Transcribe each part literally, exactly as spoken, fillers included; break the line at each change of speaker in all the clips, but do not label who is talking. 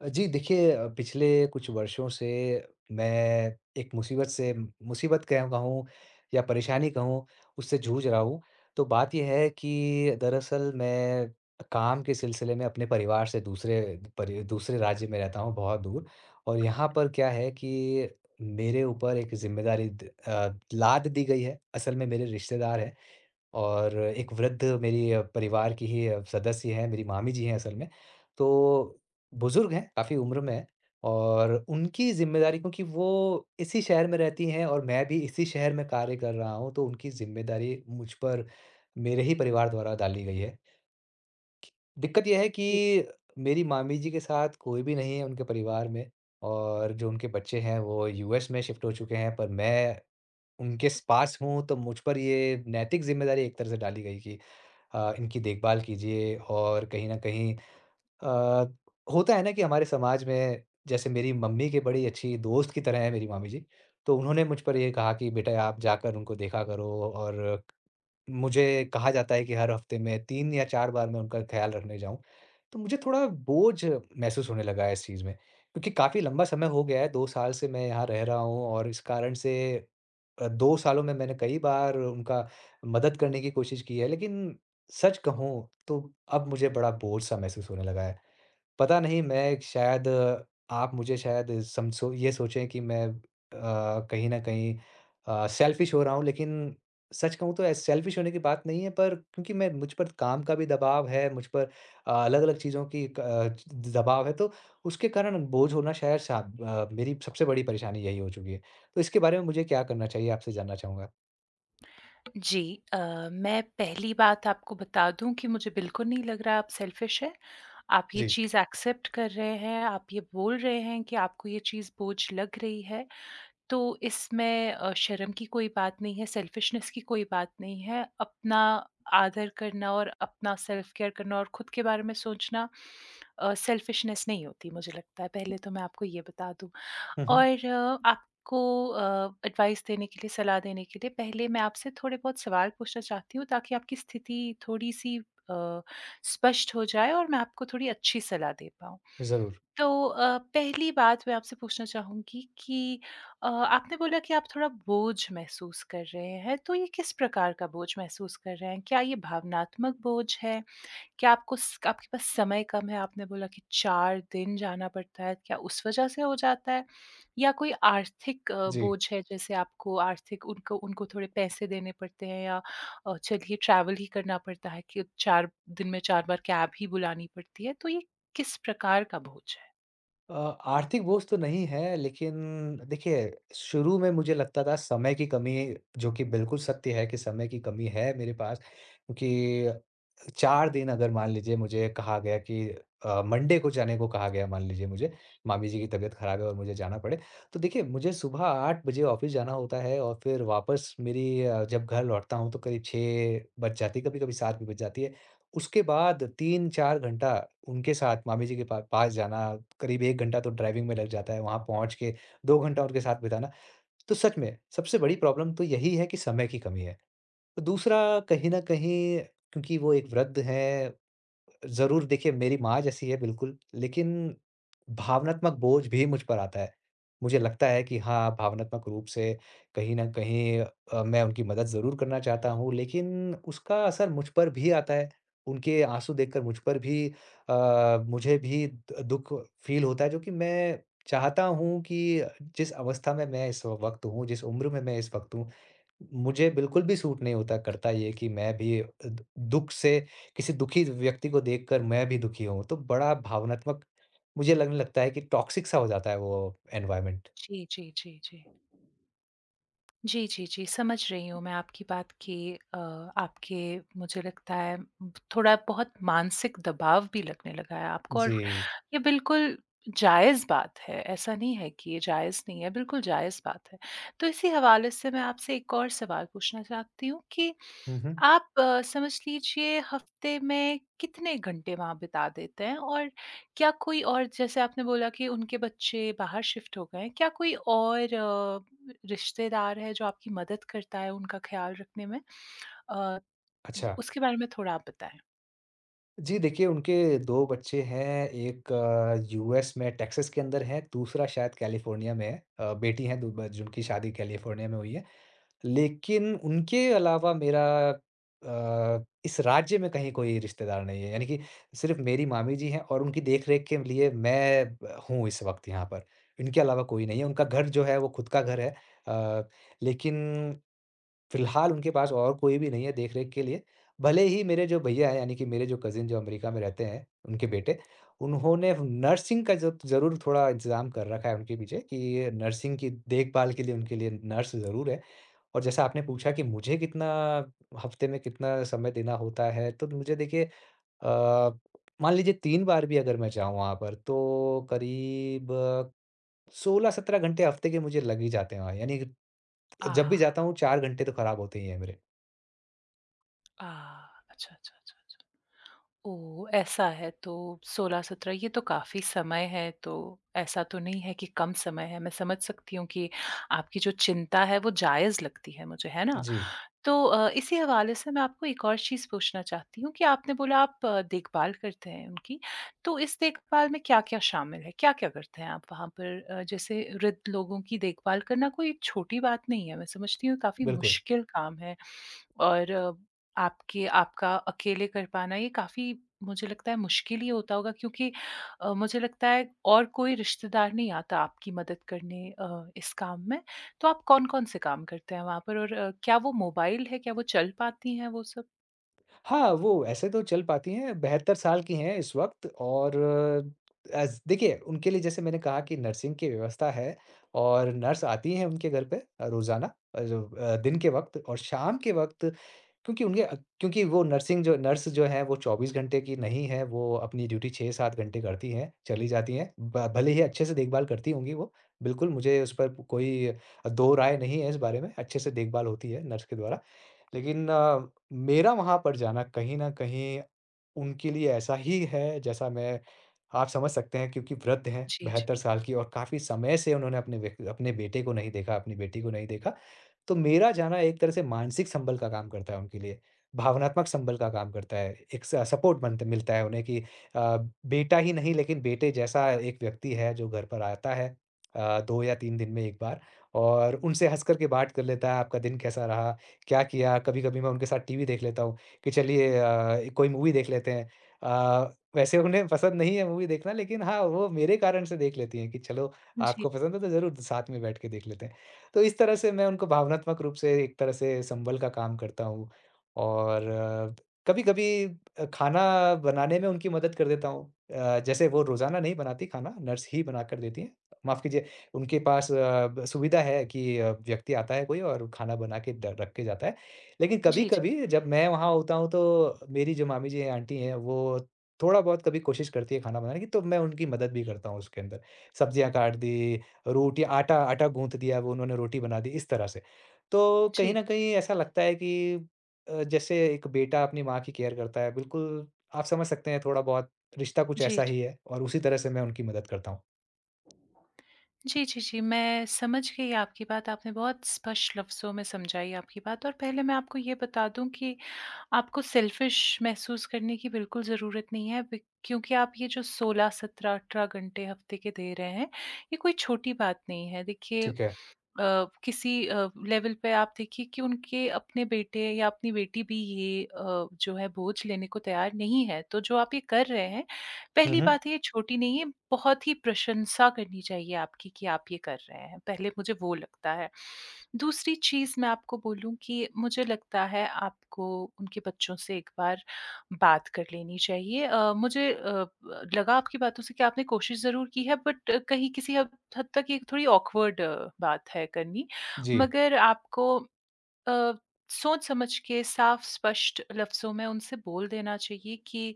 अ, जी देखिए, अ, पिछले कुछ वर्षों से मैं एक मुसीबत से मुसीबत कह कहूँ या परेशानी कहूँ, उससे जूझ रहा हूँ। तो बात ये है कि दरअसल मैं काम के सिलसिले में अपने परिवार से दूसरे परि दूसरे राज्य में रहता हूँ, बहुत दूर। और यहाँ पर क्या है कि मेरे ऊपर एक ज़िम्मेदारी द अ, लाद दी गई है। असल में मेरे रिश्तेदार हैं और एक वृद्ध मेरी अ, परिवार की ही अ, सदस्य हैं, मेरी मामी जी हैं असल में। तो बुज़ुर्ग हैं, काफ़ी उम्र में हैं, और उनकी ज़िम्मेदारी, क्योंकि वो इसी शहर में रहती हैं और मैं भी इसी शहर में कार्य कर रहा हूँ, तो उनकी ज़िम्मेदारी मुझ पर मेरे ही परिवार द्वारा डाली गई है। दिक्कत ये है कि मेरी मामी जी के साथ कोई भी नहीं है उनके परिवार में, और जो उनके बच्चे हैं, वो यूएस में शिफ्ट हो चुके हैं, पर मैं उनके स पास हूँ, तो मुझ पर ये नैतिक ज़िम्मेदारी एक तरह से डाली गई कि अ, इनकी देखभाल कीजिए। और कहीं न कहीं अ, होता है ना कि हमारे समाज में, जैसे मेरी मम्मी के बड़ी अच्छी दोस्त की तरह हैं मेरी मामी जी, तो उन्होंने मुझ पर ये कहा कि बेटा आप जाकर उनको देखा करो। और मुझे कहा जाता है कि हर हफ्ते में तीन या चार बार मैं उनका ख़्याल रखने जाऊँ, तो मुझे थोड़ा बोझ महसूस होने लगा है इस चीज़ में। क्योंकि काफ़ी लंबा समय हो गया है, दो साल से मैं यहाँ रह रहा हूँ, और इस कारण से अ, दो सालों में मैंने कई बार उनका मदद करने की कोशिश की है, लेकिन सच कहूँ तो अब मुझे बड़ा बोझ-सा महसूस होने लगा है। पता नहीं, मैं शायद, आप मुझे शायद सम सो ये सोचें कि मैं, अ, कहीं न कहीं अ, सेल्फ़िश हो रहा हूँ, लेकिन सच कहूँ तो ऐस सेल्फ़िश होने की बात नहीं है, पर क्योंकि मैं मुझ पर काम का भी दबाव है, मुझ पर अ, अलग-अलग चीज़ों की क द दबाव है, तो उसके कारण बोझ होना, शायद सा, अ, मेरी सबसे बड़ी परेशानी यही हो चुकी है। तो इसके बारे में मुझे क्या करना चाहिए, आपसे जानना चाहूँगा?
जी अ, मैं पहली बात आपको बता दूँ कि मुझे बिल्कुल नहीं लग रहा आप सेल्फ़िश हैं। आप ये
जी।
चीज़ एक्सेप्ट कर रहे हैं, आप ये बोल रहे हैं कि आपको ये चीज़ बोझ लग रही है, तो इसमें अ, शर्म की कोई बात नहीं है, सेल्फ़िशनेस की कोई बात नहीं है। अपना आदर करना और अपना सेल्फ़ केयर करना और खुद के बारे में सोचना अ, सेल्फ़िशनेस नहीं होती मुझे लगता है, पहले तो मैं आपको ये बता दूँ।
हुँ, हुँ।
और अ, आपको अ, एडवाइस देने के लिए, सलाह देने के लिए पहले मैं आपसे थोड़े बहुत सवाल पूछना चाहती हूँ ताकि आपकी स्थिति थोड़ी-सी अ, स्पष्ट हो जाए और मैं आपको थोड़ी अच्छी सलाह दे पाऊँ।
ज़रूर।
तो अ, पहली बात मैं आपसे पूछना चाहूँगी कि अ, आपने बोला कि आप थोड़ा बोझ महसूस कर रहे हैं, तो ये किस प्रकार का बोझ महसूस कर रहे हैं? क्या ये भावनात्मक बोझ है? क्या आपको स आपके पास समय कम है? आपने बोला कि चार दिन जाना पड़ता है, क्या उस वजह से हो जाता है? या कोई आर्थिक अ,
जी।
बोझ है, जैसे आपको आर्थिक उनको उनको थोड़े पैसे देने पड़ते हैं या अ, चलिए ट्रैवल ही करना पड़ता है कि चार दिन में चार बार कैब ही बुलानी पड़ती है, तो ये किस प्रकार का बोझ है?
अ, आर्थिक बोझ तो नहीं है, लेकिन देखिए, शुरू में मुझे लगता था समय की कमी, जो कि बिल्कुल सत्य है, कि समय की कमी है मेरे पास, क्योंकि चार दिन, अगर मान लीजिए मुझे कहा गया कि अ, मंडे को जाने को कहा गया, मान लीजिए मुझे, मामी जी की तबीयत ख़राब है और मुझे जाना पड़े। तो देखिए, मुझे सुबह आठ बजे ऑफ़िस जाना होता है, और फिर वापस मेरी, अ, जब घर लौटता हूँ तो करीब छह बज जाती है, कभी-कभी सात भी बज जाती है। उसके बाद तीन चार घंटा उनके साथ, मामी जी के पा पास जाना, करीब एक घंटा तो ड्राइविंग में लग जाता है, वहाँ पहुँच के दो घंटा उनके साथ बिताना। तो सच में सबसे बड़ी प्रॉब्लम तो यही है कि समय की कमी है। तो दूसरा, कहीं न कहीं, क्योंकि वो एक वृद्ध हैं, ज़रूर देखिए, मेरी माँ जैसी है बिल्कुल, लेकिन भावनात्मक बोझ भी मुझ पर आता है। मुझे लगता है कि हाँ, भावनात्मक रूप से कहीं न कहीं अ, मैं उनकी मदद ज़रूर करना चाहता हूँ, लेकिन उसका असर मुझ पर भी आता है। उनके आँसू देखकर मुझ पर भी, अ, मुझे भी द दुःख फ़ील होता है, जो कि मैं चाहता हूँ कि जिस अवस्था में मैं इस वक़्त हूँ, जिस उम्र में मैं इस वक़्त हूँ, मुझे बिल्कुल भी सूट नहीं होता करता ये कि मैं भी अ, द दुःख से, किसी दुखी व्यक्ति को देखकर मैं भी दुखी होऊँ, तो बड़ा भावनात्मक मुझे लगने लगता है कि टॉक्सिक सा हो जाता है वो एनवायरनमेंट।
जी, जी, जी, जी। जी, जी, जी, समझ रही हूँ मैं आपकी बात कि अ, आपके मुझे लगता है म, थोड़ा बहुत मानसिक दबाव भी लगने लगा है आपको और
जी।
ये बिल्कुल जायज़ बात है, ऐसा नहीं है कि ये जायज़ नहीं है, बिल्कुल जायज़ बात है। तो इसी हवाले से मैं आपसे एक और सवाल पूछना चाहती हूँ कि
हुँ, हुँ।
आप अ, समझ लीजिए हफ़्ते में कितने घंटे वहाँ बिता देते हैं? और क्या कोई और जैसे आपने बोला कि उनके बच्चे बाहर शिफ्ट हो गए हैं, क्या कोई और अ, रिश्तेदार है जो आपकी मदद करता है उनका ख़्याल रखने में? अ,
अच्छा।
उसके बारे में थोड़ा आप बताएँ।
जी, देखिए उनके दो बच्चे हैं, एक यूएस में टेक्सास के अंदर है, दूसरा शायद कैलिफ़ोर्निया में है। अ, बेटी है दु ब जिनकी शादी कैलिफ़ोर्निया में हुई है। लेकिन उनके अलावा मेरा अ, इस राज्य में कहीं कोई रिश्तेदार नहीं है। यानी कि सिर्फ़ मेरी मामी जी हैं, और उनकी देख-रेख के लिए मैं ब हूँ इस वक़्त यहाँ पर। इनके अलावा कोई नहीं है। उनका घर जो है, वो खुद का घर है। अ, लेकिन फ़िलहाल उनके पास और कोई भी नहीं है देख-रेख के लिए। भले ही मेरे जो भैया हैं, यानी कि मेरे जो कज़िन जो अमेरिका में रहते हैं, उनके बेटे, उन्होंने नर्सिंग का ज ज़रूर थोड़ा इंतज़ाम कर रखा है उनके पीछे, कि नर्सिंग की देखभाल के लिए उनके लिए नर्स ज़रूर है। और जैसा आपने पूछा कि मुझे कितना हफ्ते में कितना समय देना होता है, तो मुझे देखिए, अ, मान लीजिए तीन बार भी अगर मैं जाऊँ वहाँ पर, तो करीब सोलह सत्रह घंटे हफ्ते के मुझे लग ही जाते हैं वहाँ, यानी कि जब भी जाता
आह!
हूँ, चार घंटे तो खराब होते ही हैं मेरे।
आह! अच्छा, अच्छा, अच्छा, अच्छा। ओह! ऐसा है तो सोलह सत्रह ये तो काफ़ी समय है, तो ऐसा तो नहीं है कि कम समय है। मैं समझ सकती हूँ कि आपकी जो चिंता है वो जायज़ लगती है मुझे, है ना?
जी,
तो अ, इसी हवाले से मैं आपको एक और चीज़ पूछना चाहती हूँ कि आपने बोला आप अ, देखभाल करते हैं उनकी, तो इस देखभाल में क्या-क्या शामिल है? क्या-क्या करते हैं आप वहाँ पर? अ, जैसे वृद्ध लोगों की देखभाल करना कोई छोटी बात नहीं है, मैं समझती हूँ काफ़ी
बिल्कुल।
मुश्किल काम है और अ, आपके आपका अकेले कर पाना ये काफ़ी मुझे लगता है मुश्किल ही होता होगा क्योंकि अ, मुझे लगता है और कोई रिश्तेदार नहीं आता आपकी मदद करने अ, इस काम में? तो आप कौन-कौन से काम करते हैं वहाँ पर और अ, क्या वो मोबाइल है? क्या वो चल पाती हैं वो सब?
हाँ, वो ऐसे तो चल पाती हैं, बहत्तर साल की हैं इस वक़्त, और अज़ देखिए, उनके लिए, जैसे मैंने कहा कि नर्सिंग की व्यवस्था है, और नर्स आती हैं उनके घर पे अ, रोज़ाना, अ, जो अ, दिन के वक़्त और शाम के वक़्त। क्योंकि उनके अ, क्योंकि वो नर्सिंग जो नर्स जो है, वो चौबीस घंटे की नहीं है, वो अपनी ड्यूटी छह सात घंटे करती हैं, चली जाती हैं। ब भले ही अच्छे से देखभाल करती होंगी वो, बिल्कुल, मुझे उस पर कोई दो राय नहीं है इस बारे में, अच्छे से देखभाल होती है नर्स के द्वारा। लेकिन अ, मेरा वहाँ पर जाना कहीं न कहीं उनके लिए ऐसा ही है, जैसा मैं आप समझ सकते हैं, क्योंकि वृद्ध हैं,
जी, जी।
बहत्तर साल की, और काफ़ी समय से उन्होंने अपने व्यक्ति अपने बेटे को नहीं देखा, अपनी बेटी को नहीं देखा। तो मेरा जाना एक तरह से मानसिक संबल का काम करता है उनके लिए, भावनात्मक संबल का काम करता है। एक स सपोर्ट बनत मिलता है उन्हें कि अ, बेटा ही नहीं, लेकिन बेटे जैसा एक व्यक्ति है जो घर पर आता है अ, दो या तीन दिन में एक बार, और उनसे हँस कर के बात कर लेता है, आपका दिन कैसा रहा? क्या किया? कभी-कभी मैं उनके साथ टीवी देख लेता हूँ, कि चलिए अ, कोई मूवी देख लेते हैं। अ, वैसे उन्हें पसंद नहीं है मूवी देखना, लेकिन हाँ, वो मेरे कारण से देख लेती हैं कि चलो,
जी।
आपको पसंद है तो ज़रूर साथ में बैठ के देख लेते हैं। तो इस तरह से मैं उनको भावनात्मक रूप से एक तरह से संबल का काम करता हूँ। और कभी-कभी अ, खाना बनाने में उनकी मदद कर देता हूँ। अ, जैसे वो रोज़ाना नहीं बनाती खाना, नर्स ही बना कर देती हैं। माफ़ कीजिए, उनके पास अ, ब सुविधा है कि अ, व्यक्ति आता है कोई, और खाना बना के ड रख के जाता है। लेकिन
जी, जी।
कभी-कभी जब मैं वहाँ होता हूँ, तो मेरी जो मामी जी हैं, आंटी हैं, वो थोड़ा-बहुत कभी कोशिश करती है खाना बनाने की, तो मैं उनकी मदद भी करता हूँ उसके अंदर। सब्जियाँ काट दी, रोटी आटा आटा गूँथ दिया, वो उन्होंने रोटी बना दी, इस तरह से। तो
जी,
कहीं
जी,
न कहीं ऐसा लगता है कि अ, जैसे एक बेटा अपनी माँ की केयर करता है, बिल्कुल, आप समझ सकते हैं, थोड़ा बहुत रिश्ता कुछ
जी।
ऐसा ही है, और उसी तरह से मैं उनकी मदद करता हूँ।
जी, जी, जी, मैं समझ गई आपकी बात। आपने बहुत स्पष्ट लफ्ज़ों में समझाई आपकी बात और पहले मैं आपको ये बता दूँ कि आपको सेल्फ़िश महसूस करने की बिल्कुल ज़रूरत नहीं है बि क्योंकि आप ये जो सोलह, सत्रह, अठारह घंटे हफ़्ते के दे रहे हैं, ये कोई छोटी बात नहीं है। देखिए
ठीक है।
अ, किसी अ, लेवल पे आप देखिए कि उनके अपने बेटे या अपनी बेटी भी ये अ, जो है बोझ लेने को तैयार नहीं है। तो जो आप ये कर रहे हैं,
हुँ,
पहली
हुँ।
बात है, ये छोटी नहीं है, बहुत ही प्रशंसा करनी चाहिए आपकी कि आप ये कर रहे हैं। पहले मुझे वो लगता है। दूसरी चीज़ मैं आपको बोलूँ कि मुझे लगता है आपको उनके बच्चों से एक बार बात कर लेनी चाहिए। अ, मुझे अ, ब लगा आपकी बातों से कि आपने कोशिश ज़रूर की है बट कहीं किसी हद हद तक ये थोड़ी ऑकवर्ड बात है करनी।
जी।
मगर आपको अ, सोच-समझ के साफ स्पष्ट लफ्ज़ों में उनसे बोल देना चाहिए कि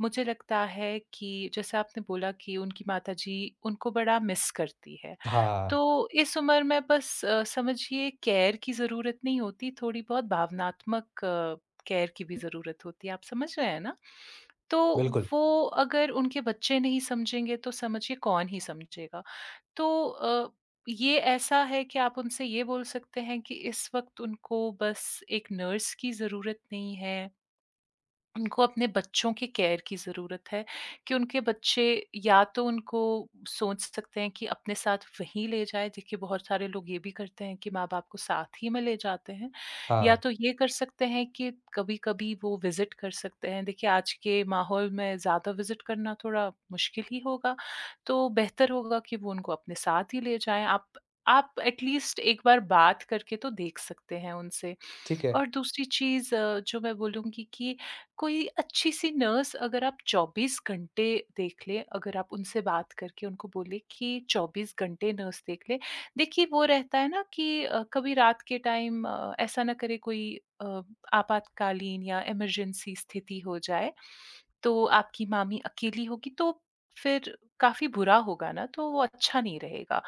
मुझे लगता है कि जैसे आपने बोला कि उनकी माताजी उनको बड़ा मिस करती है।
हाँ,
तो इस उम्र में बस अ, समझिए केयर की ज़रूरत नहीं होती, थोड़ी बहुत भावनात्मक अ, केयर की भी ज़रूरत होती है, आप समझ रहे हैं ना? तो
बिल्कुल।
वो अगर उनके बच्चे नहीं समझेंगे, तो समझिए कौन ही समझेगा। तो अ, ये ऐसा है कि आप उनसे ये बोल सकते हैं कि इस वक़्त उनको बस एक नर्स की ज़रूरत नहीं है, उनको अपने बच्चों की केयर की ज़रूरत है कि उनके बच्चे या तो उनको सोच सकते हैं कि अपने साथ वहीं ले जाएँ, देखिए बहुत सारे लोग ये भी करते हैं कि माँ-बाप को साथ ही में ले जाते हैं, या
हाँ,
तो ये कर सकते हैं कि कभी-कभी वो विज़िट कर सकते हैं। देखिए आज के माहौल में ज़्यादा विज़िट करना थोड़ा मुश्किल ही होगा, तो बेहतर होगा कि वो उनको अपने साथ ही ले जाएँ। आप आप एटलीस्ट एक बार बात करके तो देख सकते हैं उनसे।
ठीक है।
और दूसरी चीज़ अ, जो मैं बोलूँगी कि कोई अच्छी-सी नर्स अगर आप चौबीस घंटे देख लें, अगर आप उनसे बात करके उनको बोलें कि चौबीस घंटे नर्स देख ले। देखिए वो रहता है ना कि अ, कभी रात के टाइम अ, ऐसा ना करे कोई अ, आपातकालीन या इमरजेंसी स्थिति हो जाए, तो आपकी मामी अकेली होगी तो फिर काफ़ी बुरा होगा ना, तो वो अच्छा नहीं रहेगा।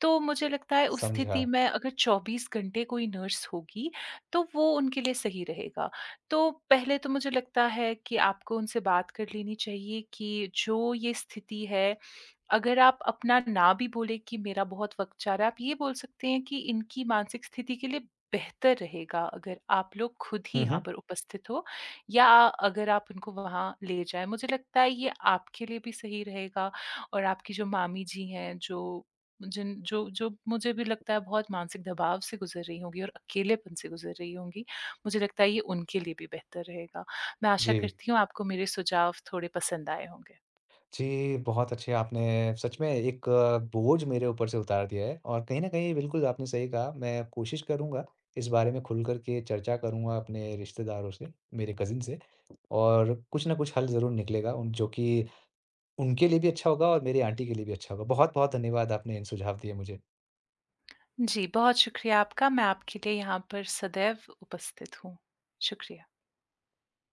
तो मुझे लगता है उस
समझा।
स्थिति में अगर चौबीस घंटे कोई नर्स होगी, तो वो उनके लिए सही रहेगा। तो पहले तो मुझे लगता है कि आपको उनसे बात कर लेनी चाहिए कि जो ये स्थिति है, अगर आप अपना ना भी बोले कि मेरा बहुत वक़्त जा रहा है, आप ये बोल सकते हैं कि इनकी मानसिक स्थिति के लिए बेहतर रहेगा अगर आप लोग खुद ही
हुँ,
यहाँ
हुँ।
पर उपस्थित हो या अगर आप उनको वहाँ ले जाएँ। मुझे लगता है ये आपके लिए भी सही रहेगा और आपकी जो मामी जी हैं, जो जिन जो जो मुझे भी लगता है बहुत मानसिक दबाव से गुज़र रही होंगी और अकेलेपन से गुज़र रही होंगी, मुझे लगता है ये उनके लिए भी बेहतर रहेगा। मैं आशा
जी।
करती हूँ आपको मेरे सुझाव थोड़े पसंद आए होंगे।
जी, बहुत अच्छे, आपने सच में एक अ, बोझ मेरे ऊपर से उतार दिया है, और कहीं न कहीं बिल्कुल आपने सही कहा, मैं कोशिश करूँगा, इस बारे में खुल कर के चर्चा करूँगा अपने रिश्तेदारों से, मेरे कज़िन से, और कुछ ना कुछ हल ज़रूर निकलेगा उन, जो कि उनके लिए भी अच्छा होगा, और मेरी आंटी के लिए भी अच्छा होगा। बहुत-बहुत धन्यवाद, आपने इन सुझाव दिए मुझे।
जी, बहुत शुक्रिया आपका। मैं आपके लिए यहाँ पर सदैव उपस्थित हूँ। शुक्रिया।